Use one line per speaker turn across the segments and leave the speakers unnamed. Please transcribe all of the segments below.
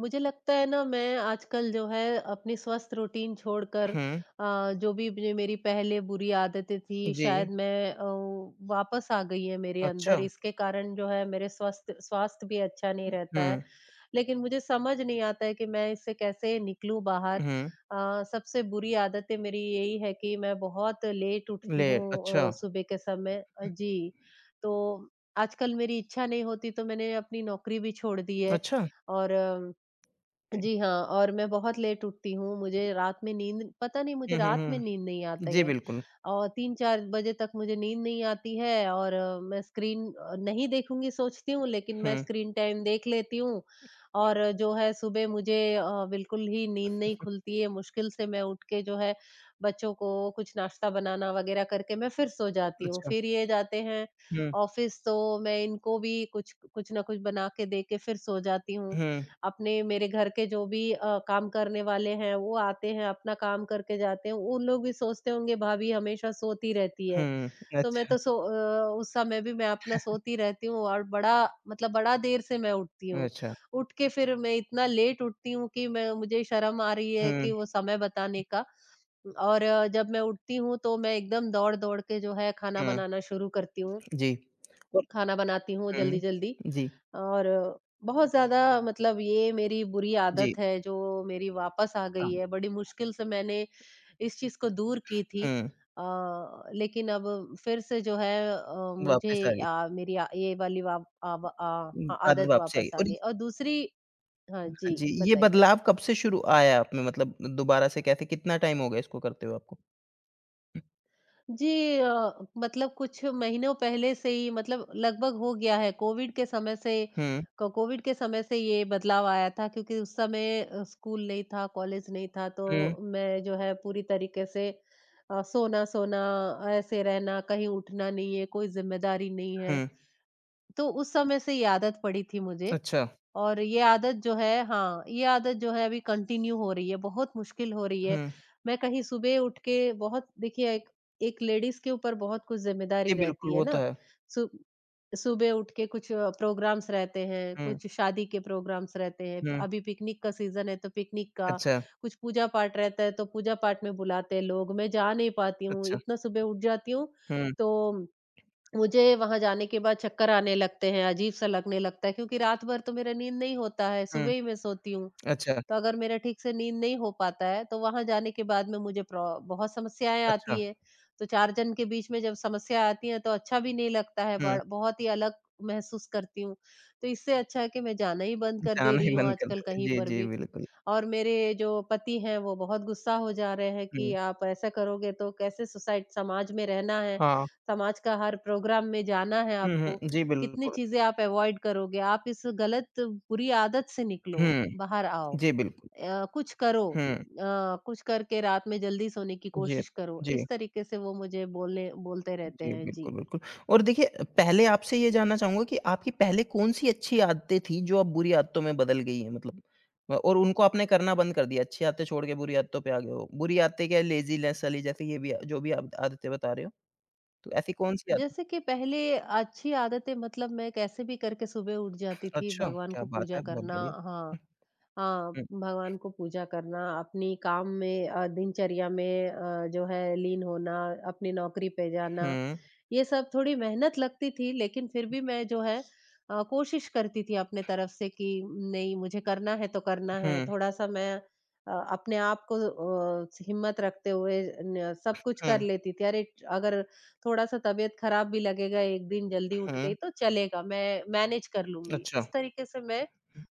मुझे लगता है ना मैं आजकल जो है अपनी स्वस्थ रूटीन छोड़कर
हुँ,
जो भी मुझे मेरी पहले बुरी आदतें थी
जी।
शायद मैं वापस आ गई है मेरे
अच्छा।
अंदर। इसके कारण जो है मेरे स्वस्थ स्वास्थ्य भी अच्छा नहीं रहता है।
हुँ,
लेकिन मुझे समझ नहीं आता है कि मैं इससे कैसे निकलूं बाहर।
हुँ,
सबसे बुरी आदतें मेरी यही है कि मैं बहुत लेट उठती
ले
हूँ
अच्छा,
सुबह के समय। जी। तो आजकल मेरी इच्छा नहीं होती तो मैंने अपनी नौकरी भी छोड़ दी है।
अच्छा।
और जी हाँ, और मैं बहुत लेट उठती हूँ, मुझे रात में नींद पता नहीं मुझे
हुँ, हुँ,
रात में
हुँ।
नींद नहीं आती
जी,
है
बिल्कुल।
और 3-4 बजे तक मुझे नींद नहीं आती है। और मैं स्क्रीन नहीं देखूँगी सोचती हूँ, लेकिन मैं
हुँ,
स्क्रीन टाइम देख लेती हूँ। और जो है सुबह मुझे बिल्कुल ही नींद नहीं खुलती है, मुश्किल से मैं उठ के जो है बच्चों को कुछ नाश्ता बनाना वग़ैरह करके मैं फिर सो जाती हूँ।
अच्छा।
फिर ये जाते हैं
हुँ,
ऑफ़िस तो मैं इनको भी कुछ कुछ ना कुछ बना के दे के फिर सो जाती हूँ।
हुँ,
अपने मेरे घर के जो भी काम करने वाले हैं वो आते हैं, अपना काम करके जाते हैं। उन लोग भी सोचते होंगे भाभी हमेशा सोती रहती है।
हुँ।
तो मैं
अच्छा,
तो उस समय भी मैं अपना सोती रहती हूँ और बड़ा मतलब बड़ा देर से मैं उठती हूँ।
अच्छा।
उठ के फिर मैं इतना लेट उठती हूँ कि मैं मुझे शर्म आ रही है
हुँ,
कि वो समय बताने का। और जब मैं उठती हूँ तो मैं एकदम दौड़-दौड़ के जो है खाना
हुँ,
बनाना शुरू करती हूँ।
जी। और
खाना बनाती हूँ
हुँ,
जल्दी-जल्दी
जी,
और बहुत ज़्यादा मतलब ये मेरी बुरी
जी।
आदत है जो मेरी वापस आ
हाँ,
गई है। बड़ी मुश्किल से मैंने इस चीज़ को दूर की थी।
हुँ,
अ, लेकिन अब फिर से जो है मुझे
वापस आ गई।
मेरी आ, ये वाली वा आव आ आ,
आदत
आदत
वापस आई
वापस आ
और ये-
गई और दूसरी। हाँ
हाँ
जी,
जी, ये
बताइए?
बदलाव कब से शुरू आया आप में मतलब दोबारा से कैसे कितना टाइम हो गया इसको करते हुए आपको?
जी मतलब कुछ महीनों पहले से ही मतलब लगभग हो गया है कोविड के समय से।
हुँ,
कोविड के समय से ये बदलाव आया था क्योंकि उस समय स्कूल नहीं था कॉलेज नहीं था तो
हुँ,
मैं जो है पूरी तरीके से सोना सोना ऐसे रहना कहीं उठना नहीं है कोई जिम्मेदारी नहीं है।
हुँ।
तो उस समय से ये आदत पड़ी थी मुझे।
अच्छा।
और ये आदत जो है, हाँ, ये आदत जो है अभी कंटिन्यू हो रही है, बहुत मुश्किल हो रही है।
हुँ,
मैं कहीं सुबह उठ के बहुत देखिए एक एक लेडीज़ के ऊपर बहुत कुछ ज़िम्मेदारी
जी बिल्कुल,
रहती है
वो तो
ना।
है।
सु सुबह उठ के कुछ प्रोग्राम्स रहते हैं,
हुँ,
कुछ शादी के प्रोग्राम्स रहते हैं,
हुँ।
अभी पिकनिक का सीज़न है तो पिकनिक का,
अच्छा,
कुछ पूजा-पाठ रहता है तो पूजा-पाठ में बुलाते हैं लोग। मैं जा नहीं पाती हूँ,
अच्छा।
इतना सुबह उठ जाती हूँ।
हुँ,
तो मुझे वहाँ जाने के बाद चक्कर आने लगते हैं, अजीब-सा लगने लगता है क्योंकि रात भर तो मेरा नींद नहीं होता है,
हुँ।
सुबह ही मैं सोती हूँ।
अच्छा,
तो अगर मेरा ठीक से नींद नहीं हो पाता है, तो वहाँ जाने के बाद में मुझे प्रॉ बहुत समस्याएँ
अच्छा।
आती हैं। तो 4 जन के बीच में जब समस्या आती है, तो अच्छा भी नहीं लगता है,
हुँ,
बड़ बहुत ही अलग महसूस करती हूँ। तो इससे अच्छा है कि मैं जाना ही बंद कर दे
जाना ही
रही हूँ
मन कर दे
आजकल कहीं
जी,
पर
जी,
भी।
बिल्कुल।
और मेरे जो पति हैं वो बहुत गुस्सा हो जा रहे हैं कि
हुँ,
आप ऐसा करोगे तो कैसे सोसाइटी समाज में रहना है,
हाँ।
समाज का हर प्रोग्राम में जाना है
हुँ,
आपको,
हुँ। जी,
कितनी
बिल्कुल।
चीज़ें आप अवॉइड करोगे, आप इस गलत बुरी आदत से निकलो,
हुँ,
बाहर आओ,
जी, बिल्कुल।
कुछ करो,
हुँ,
कुछ करके रात में जल्दी सोने की
जी,
कोशिश करो।
जी,
इस तरीके से वो मुझे बोलने बोलते रहते
जी,
हैं,
बिल्कुल,
जी।
बिल्कुल। और देखिए पहले आपसे ये जानना चाहूँगा कि आपकी पहले कौन-सी अच्छी आदतें थी जो अब बुरी आदतों में बदल गई हैं मतलब? और उनको आपने करना बंद कर दिया, अच्छी आदतें छोड़ के बुरी आदतों पे आ गए हो। बुरी आदतें क्या लेज़ीनेस वाली जैसे ये भी जो भी आप आदतें बता रहे हो, तो ऐसी कौन-सी आदत
जैसे कि पहले अच्छी आदतें मतलब मैं कैसे भी करके सुबह उठ जाती थी,
अच्छा,
भगवान
क्या
को
बात
पूजा
है, बहुत
करना।
बढ़िया।
हाँ। हाँ,
हुँ,
भगवान को पूजा करना, अपनी काम में दिनचर्या में जो है लीन होना, अपनी नौकरी पे जाना,
हुँ,
ये सब थोड़ी मेहनत लगती थी लेकिन फिर भी मैं जो है कोशिश करती थी अपने तरफ से कि नहीं मुझे करना है तो करना
हुँ।
है। थोड़ा-सा मैं अपने आप को हिम्मत रखते हुए न सब कुछ
हुँ,
कर लेती थी। अरे! अगर थोड़ा-सा तबीयत खराब भी लगेगा, एक दिन जल्दी उठ
हुँ,
गई तो चलेगा, मैं मैनेज कर लूँगी।
अच्छा,
इस तरीके से मैं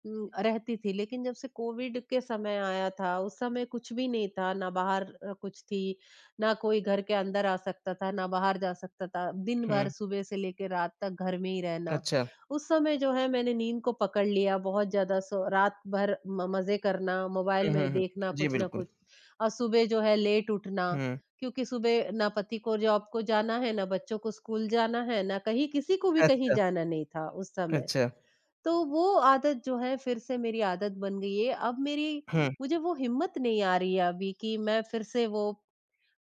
रहती थी, लेकिन जब से कोविड के समय आया था, उस समय कुछ भी नहीं था, ना बाहर कुछ थी, ना कोई घर के अंदर आ सकता था, ना बाहर जा सकता था। दिन भर
हुँ,
सुबह से लेके रात तक घर में ही रहना।
अच्छा,
उस समय जो है मैंने नींद को पकड़ लिया, बहुत ज़्यादा रात भर म मज़े करना, मोबाइल
हुँ,
में
हुँ, हुँ,
देखना
जी,
कुछ ना
बिल्कुल,
कुछ और सुबह जो है लेट उठना,
हुँ,
क्योंकि सुबह ना पति को जॉब को जाना है, ना बच्चों को स्कूल जाना है, ना कहीं किसी को भी कहीं
अच्छा,
जाना नहीं था उस समय।
अच्छा,
तो वो आदत जो है फिर से मेरी आदत बन गई है। अब मेरी
हुँ,
मुझे वो हिम्मत नहीं आ रही है अभी कि मैं फिर से वो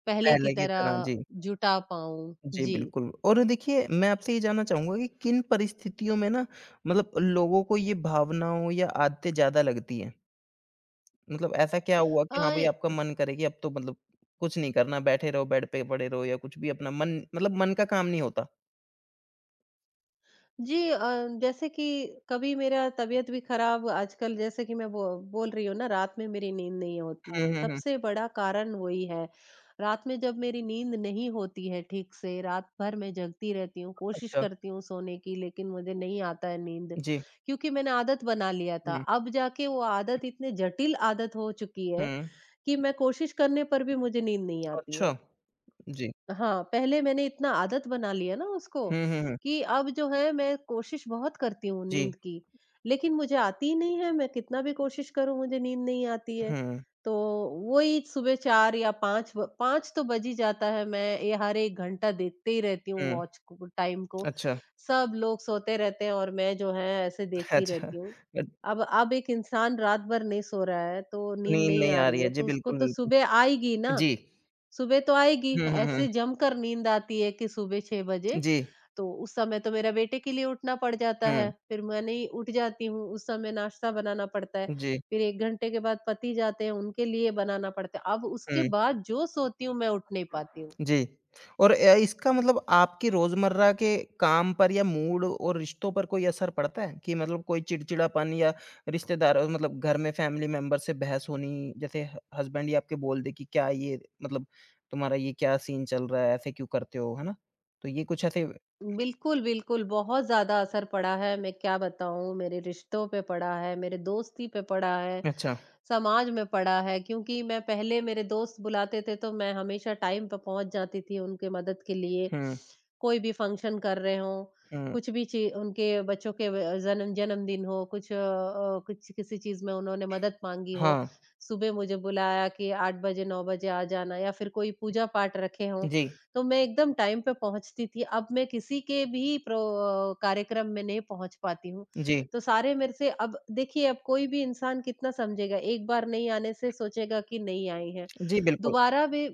पहले की
पहले की तरह,
तरह
जी,
जुटा पाऊँ।
जी,
जी।
बिल्कुल और देखिए, मैं आपसे ये जानना चाहूँगा कि किन परिस्थितियों में ना मतलब लोगों को ये भावनाओं या आदतें ज़्यादा लगती हैं? मतलब ऐसा क्या हुआ कि हाँ भाई, आपका
अ
मन करे कि अब तो मतलब कुछ नहीं करना, बैठे रहो, बेड पे पड़े रहो या कुछ भी अपना मन मतलब मन का काम नहीं होता?
जी, जैसे कि कभी मेरा तबीयत भी खराब आजकल जैसे कि मैं बोल रही हूँ ना रात में मेरी नींद नहीं होती
हुँ,
है
हुँ, हुँ,
सबसे बड़ा कारण वही है। रात में जब मेरी नींद नहीं होती है ठीक से रात भर मैं जगती रहती हूँ कोशिश
अच्छा,
करती हूँ सोने की लेकिन मुझे नहीं आता है नींद
जी,
क्योंकि मैंने आदत बना लिया था।
हुँ,
अब जाके वो आदत इतने जटिल आदत हो चुकी है
हुँ,
कि मैं कोशिश करने पर भी मुझे नींद नहीं आती है।
अच्छा, जी,
हाँ, पहले मैंने इतना आदत बना लिया ना उसको
हुँ, हुँ, हुँ,
कि अब जो है मैं कोशिश बहुत करती हूँ
जी,
नींद की, लेकिन मुझे आती ही नहीं है, मैं कितना भी कोशिश करूँ मुझे नींद नहीं आती है।
हुँ,
तो वही सुबह 4 या 5 तो बज ही जाता है, मैं ये हर 1 घंटा देखते ही रहती हूँ
हुँ।
वॉच को टाइम को।
अच्छा,
सब लोग सोते रहते हैं और मैं जो है ऐसे देखती
अच्छा।
रहती हूँ।
अ,
अब एक इंसान रात भर नहीं सो रहा है, तो नींद
नींद
नहीं
नहीं
आ
आ
रही
रही है।
है,
जी,
तो उसको
बिल्कुल,
तो
बिल्कुल।
सुबह आएगी ना।
जी।
सुबह तो आएगी,
हुँ, हुँ, हुँ।
ऐसे जमकर नींद आती है कि सुबह 6 बजे,
जी।
तो उस समय तो मेरा बेटे के लिए उठना पड़ जाता है,
हुँ।
फिर मैं नहीं उठ जाती हूँ, उस समय नाश्ता बनाना पड़ता है,
जी।
फिर 1 घंटे के बाद पति जाते हैं, उनके लिए बनाना पड़ता है। अब उसके
हुँ।
बाद जो सोती हूँ, मैं उठ नहीं पाती हूँ।
जी। और इसका मतलब आपकी रोज़मर्रा के काम पर या मूड और रिश्तों पर कोई असर पड़ता है? कि मतलब कोई चिड़चिड़ापन या रिश्तेदार मतलब घर में फैमिली मेंबर से बहस होनी, जैसे ह हस्बैंड ही आपके बोल दे कि क्या ये मतलब तुम्हारा ये क्या सीन चल रहा है, ऐसे क्यों करते हो, है ना? तो ये कुछ ऐसे
बिल्कुल, बिल्कुल, बहुत ज़्यादा असर पड़ा है, मैं क्या बताऊँ, मेरे रिश्तों पे पड़ा है, मेरे दोस्ती पे पड़ा है,
अच्छा।
समाज में पड़ा है क्योंकि मैं पहले मेरे दोस्त बुलाते थे तो मैं हमेशा टाइम पे पहुंच जाती थी उनके मदद के लिए।
हुँ,
कोई भी फंक्शन कर रहे हों,
हुँ।
कुछ भी ची उनके बच्चों के जन्मदिन हो, कुछ किसी चीज़ में उन्होंने मदद माँगी हो,
हाँ।
सुबह मुझे बुलाया कि 8 बजे 9 बजे आ जाना या फिर कोई पूजा पाठ रखे हों,
जी।
तो मैं एकदम टाइम पे पहुँचती थी। अब मैं किसी के भी कार्यक्रम में नहीं पहुँच पाती हूँ।
जी।
तो सारे मेरे से अब देखिए अब कोई भी इंसान कितना समझेगा एक बार नहीं आने से सोचेगा कि नहीं आए हैं
जी, बिल्कुल।
दोबारा भी।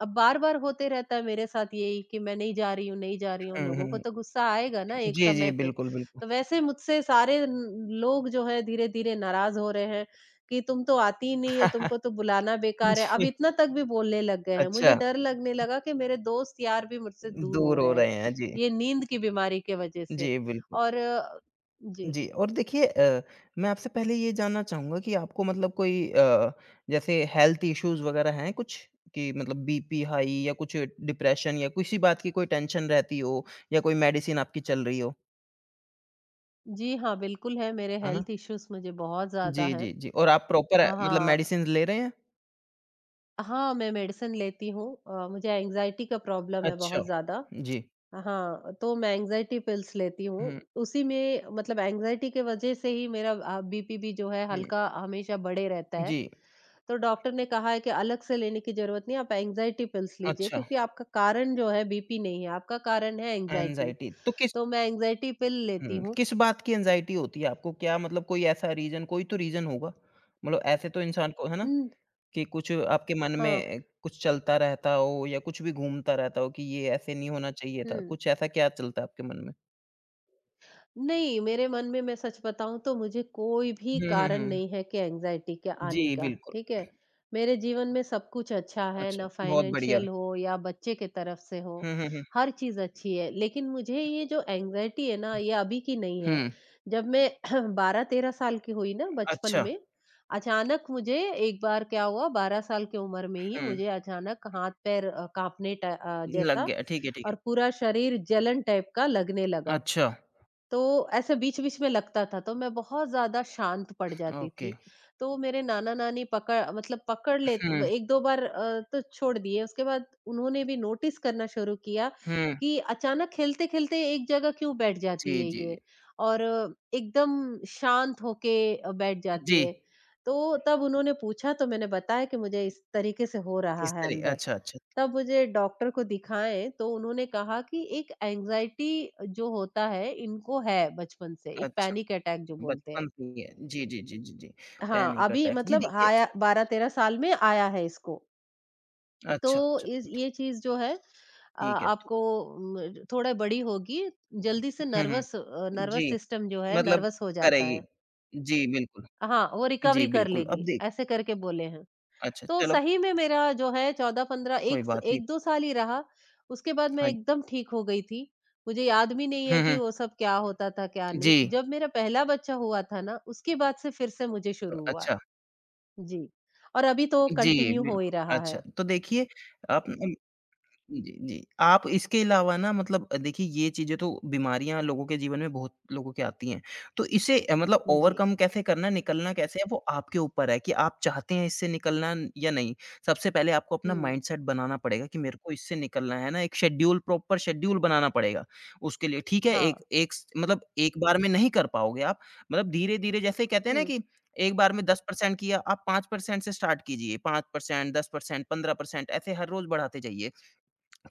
अब बार बार होते रहता है मेरे साथ यही कि मैं नहीं जा रही हूँ नहीं जा रही हूँ
हुँ,
लोगों को
हुँ।
तो गुस्सा आएगा ना एक
जी, जी,
समय पे।
बिल्कुल, बिल्कुल।
तो वैसे मुझसे सारे लोग जो है धीरे धीरे नाराज हो रहे हैं कि तुम तो आती ही नहीं है तुमको तो बुलाना बेकार है अब
जी,
इतना तक भी बोलने लग गए हैं।
अच्छा,
मुझे डर लगने लगा कि मेरे दोस्त यार भी मुझसे दूर हो
दूर हो
रहे हैं
रहे हैं। जी,
ये नींद की बीमारी के वजह से।
जी, बिल्कुल।
और जी।
जी, और देखिए मैं आपसे पहले ये जानना चाहूँगा कि आपको मतलब कोई जैसे हेल्थ इश्यूज़ वग़ैरह हैं कुछ? कि मतलब बीपी हाई या कुछ डिप्रेशन या किसी बात की कोई टेंशन रहती हो या कोई मेडिसिन आपकी चल रही हो,
जी हाँ, बिल्कुल है, मेरे
है ना?
हेल्थ इश्यूज़ मुझे बहुत ज़्यादा
जी,
हैं।
जी, जी और आप प्रॉपर मतलब
हाँ,
मेडिसिन्स ले रहे हैं?
हाँ, मैं मेडिसिन लेती हूँ। मुझे एंग्ज़ायटी का प्रॉब्लम है
अच्छा।
बहुत ज़्यादा।
जी।
हाँ, तो मैं एंग्ज़ायटी पिल्स लेती हूँ,
हुँ,
उसी में मतलब एंग्ज़ायटी के वजह से ही मेरा बीपी भी जो है
हुँ।
हल्का हमेशा बढ़े रहता है।
जी,
तो डॉक्टर ने कहा है कि अलग से लेने की ज़रूरत नहीं है, आप एंग्ज़ायटी पिल्स लीजिए
अच्छा,
क्योंकि आपका कारण जो है बीपी नहीं है, आपका कारण है एंग्ज़ायटी।
एंग्ज़ायटी तो किस
तो मैं एंग्ज़ायटी पिल लेती
हुँ,
हूँ।
किस बात की एंग्ज़ायटी होती है आपको? क्या मतलब कोई ऐसा रीज़न कोई तो रीज़न होगा। मतलब ऐसे तो इंसान को है ना?
हुँ,
कि कुछ आपके मन
हाँ,
में कुछ चलता रहता हो या कुछ भी घूमता रहता हो कि ये ऐसे नहीं होना चाहिए था।
हुँ।
कुछ ऐसा क्या चलता है आपके मन में?
नहीं, मेरे मन में मैं सच बताऊँ तो मुझे कोई भी
हुँ, हुँ,
कारण
हुँ।
नहीं है कि एंग्ज़ायटी के
जी,
आने का,
बिल्कुल।
ठीक है? मेरे जीवन में सब कुछ अच्छा है,
अच्छा,
ना
बहुत बढ़िया।
फाइनेंशियल हो या बच्चे के तरफ से हो,
हुँ, हुँ, हुँ।
हर चीज़ अच्छी है। लेकिन मुझे ये जो एंग्ज़ायटी है ना, ये अभी की नहीं है।
हुँ,
जब मैं 12-13 साल की हुई ना बचपन
अच्छा।
में, अचानक मुझे एक बार क्या हुआ 12 साल की उम्र में ही
हुँ,
मुझे अचानक हाथ-पैर काँपने
लग
जैसा
गया। ठीक है, ठीक है।
और पूरा शरीर जलन टाइप का लगने लगा।
अच्छा,
तो ऐसे बीच-बीच में लगता था, तो मैं बहुत ज़्यादा शांत पड़ जाती
ओके।
थी। तो मेरे नाना-नानी पकड़ लेत
हुँ,
1-2 बार तो छोड़ दिए, उसके बाद उन्होंने भी नोटिस करना शुरू किया
हुँ।
कि अचानक खेलते-खेलते एक जगह क्यों बैठ
जी,
जाती है
जी, जी।
ये और एकदम शांत होके बैठ
जी,
जाती है। तो तब उन्होंने पूछा, तो मैंने बताया कि मुझे इस तरीके से हो रहा
इस
है
तरह
अंदर।
अच्छा, अच्छा,
तब मुझे डॉक्टर को दिखाएँ तो उन्होंने कहा कि एक एंग्ज़ायटी जो होता है इनको है बचपन से, एक
अच्छा।
पैनिक अटैक जो बोलते
बचपन
हैं।
से ही है। जी, जी, जी, जी, जी।
हाँ,
पैनिक
अभी
अटैक्स जी
मतलब
देखिए
आया
स
12-13 साल में आया है इसको। तो
अच्छा, अच्छा
इस ये चीज़ जो है
ठीक है तो
आपको म थोड़ा बड़ी होगी, जल्दी से
हुँ, हुँ।
नर्वस
जी,
सिस्टम जो है
मतलब
नर्वस हो जाता
करेगी।
है।
जी, बिल्कुल।
हाँ, वो
जी,
रिकवरी कर
बिल्कुल। अब
लेगी,
देख
ऐसे करके बोले हैं।
अच्छा
तो
चलो
सही में मेरा जो है 14-15
कोई
एक स
बात नहीं।
1-2 साल ही रहा, उसके बाद मैं
हाँ
एकदम ठीक हो गई थी। मुझे याद भी नहीं है
हुँ,
कि
हुँ।
वो सब क्या होता था, क्या
जी,
नहीं। जब मेरा पहला बच्चा हुआ था ना, उसके बाद से फिर से मुझे
तो
शुरू हुआ।
अच्छा।
जी, और अभी तो
जी,
कंटिन्यू हो ही
बिल्कुल।
रहा
अच्छा,
है।
तो देखिए आप जी, जी। आप इसके अलावा ना मतलब देखिए ये चीज़ें तो बीमारियाँ लोगों के जीवन में बहुत लोगों के आती हैं। तो इसे मतलब
जी,
ओवरकम कैसे करना है, निकलना कैसे है वो आपके ऊपर है कि आप चाहते हैं इससे निकलना न- या नहीं। सबसे पहले आपको अपना
हुँ,
माइंडसेट बनाना पड़ेगा कि मेरे को इससे निकलना है ना एक शेड्यूल प्रॉपर शेड्यूल बनाना पड़ेगा उसके लिए, ठीक है?
हाँ,
एक एक स मतलब एक बार में नहीं कर पाओगे आप। मतलब धीरे-धीरे जैसे कहते हैं ना
हुँ,
कि एक बार में 10% किया, आप 5% से स्टार्ट कीजिए, 5%, 10%, 15% ऐसे हर रोज़ बढ़ाते जाइए।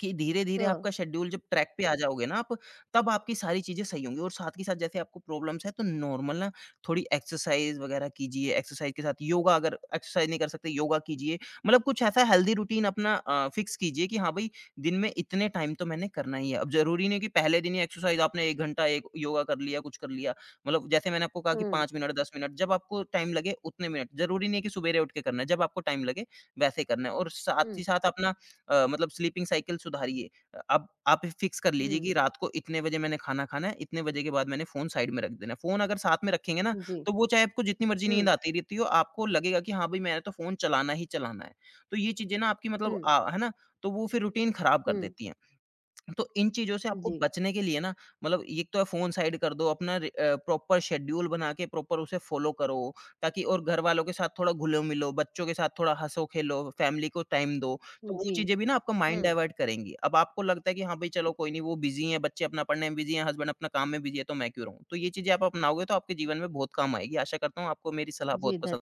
कि धीरे-धीरे
हाँ,
आपका शेड्यूल जब ट्रैक पे आ जाओगे ना आप, तब आपकी सारी चीज़ें सही होंगी और साथ के साथ जैसे आपको प्रॉब्लम्स हैं, तो नॉर्मल ना थोड़ी एक्सरसाइज़ वगैरह कीजिए, एक्सरसाइज़ के साथ योगा अगर एक्सरसाइज़ नहीं कर सकते, योगा कीजिए। मतलब कुछ ऐसा हेल्दी रूटीन अपना फिक्स कीजिए कि हाँ भाई, दिन में इतने टाइम तो मैंने करना ही है। अब ज़रूरी नहीं कि पहले दिन ही एक्सरसाइज़ आपने 1 घंटा एक योगा कर लिया, कुछ कर लिया। मतलब जैसे मैंने आपको कहा कि
हुँ,
5 मिनट, 10 मिनट, जब आपको टाइम लगे उतने मिनट। ज़रूरी नहीं है कि सुबेरे उठ के करना है, जब आपको टाइम लगे वैसे करना है और साथ
हुँ,
ही साथ अपना मतलब स्लीपिंग साइकिल सुधारिए। अब आप फिक्स कर लीजिए
हुँ,
कि रात को इतने बजे मैंने खाना खाना है, इतने बजे के बाद मैंने फ़ोन साइड में रख देना है। फ़ोन अगर साथ में रखेंगे ना,
जी,
तो वो चाहे आपको जितनी मर्ज़ी नींद
हुँ,
आती रहती हो, आपको लगेगा कि हाँ, भई मैंने तो फ़ोन चलाना ही चलाना है। तो ये चीज़ें ना आपकी मतलब
हुँ,
है ना? तो वो फिर रूटीन ख़राब कर
हुँ,
देती हैं। तो इन चीज़ों से आपको
जी,
बचने के लिए ना मतलब एक तो फ़ोन साइड कर दो, अपना प्रॉपर शेड्यूल बना के प्रॉपर उसे फ़ॉलो करो ताकि और घरवालों के साथ थोड़ा घुलो-मिलो, बच्चों के साथ थोड़ा हँसो-खेलो, फ़ैमिली को टाइम दो। तो वो
जी,
चीज़ें भी ना आपका माइंड
हुँ,
डाइवर्ट करेंगी। अब आपको लगता है कि हाँ, भई चलो कोई नहीं वो बिज़ी हैं, बच्चे अपना पढ़ने में बिज़ी हैं, हस्बैंड अपना काम में बिज़ी है, तो मैं क्यों रहूँ? तो ये चीज़ें आप अपनाओगे तो आपके जीवन में बहुत काम आएगी। आशा करता हूँ आपको मेरी सलाह बहुत
जी,
पसंद
धन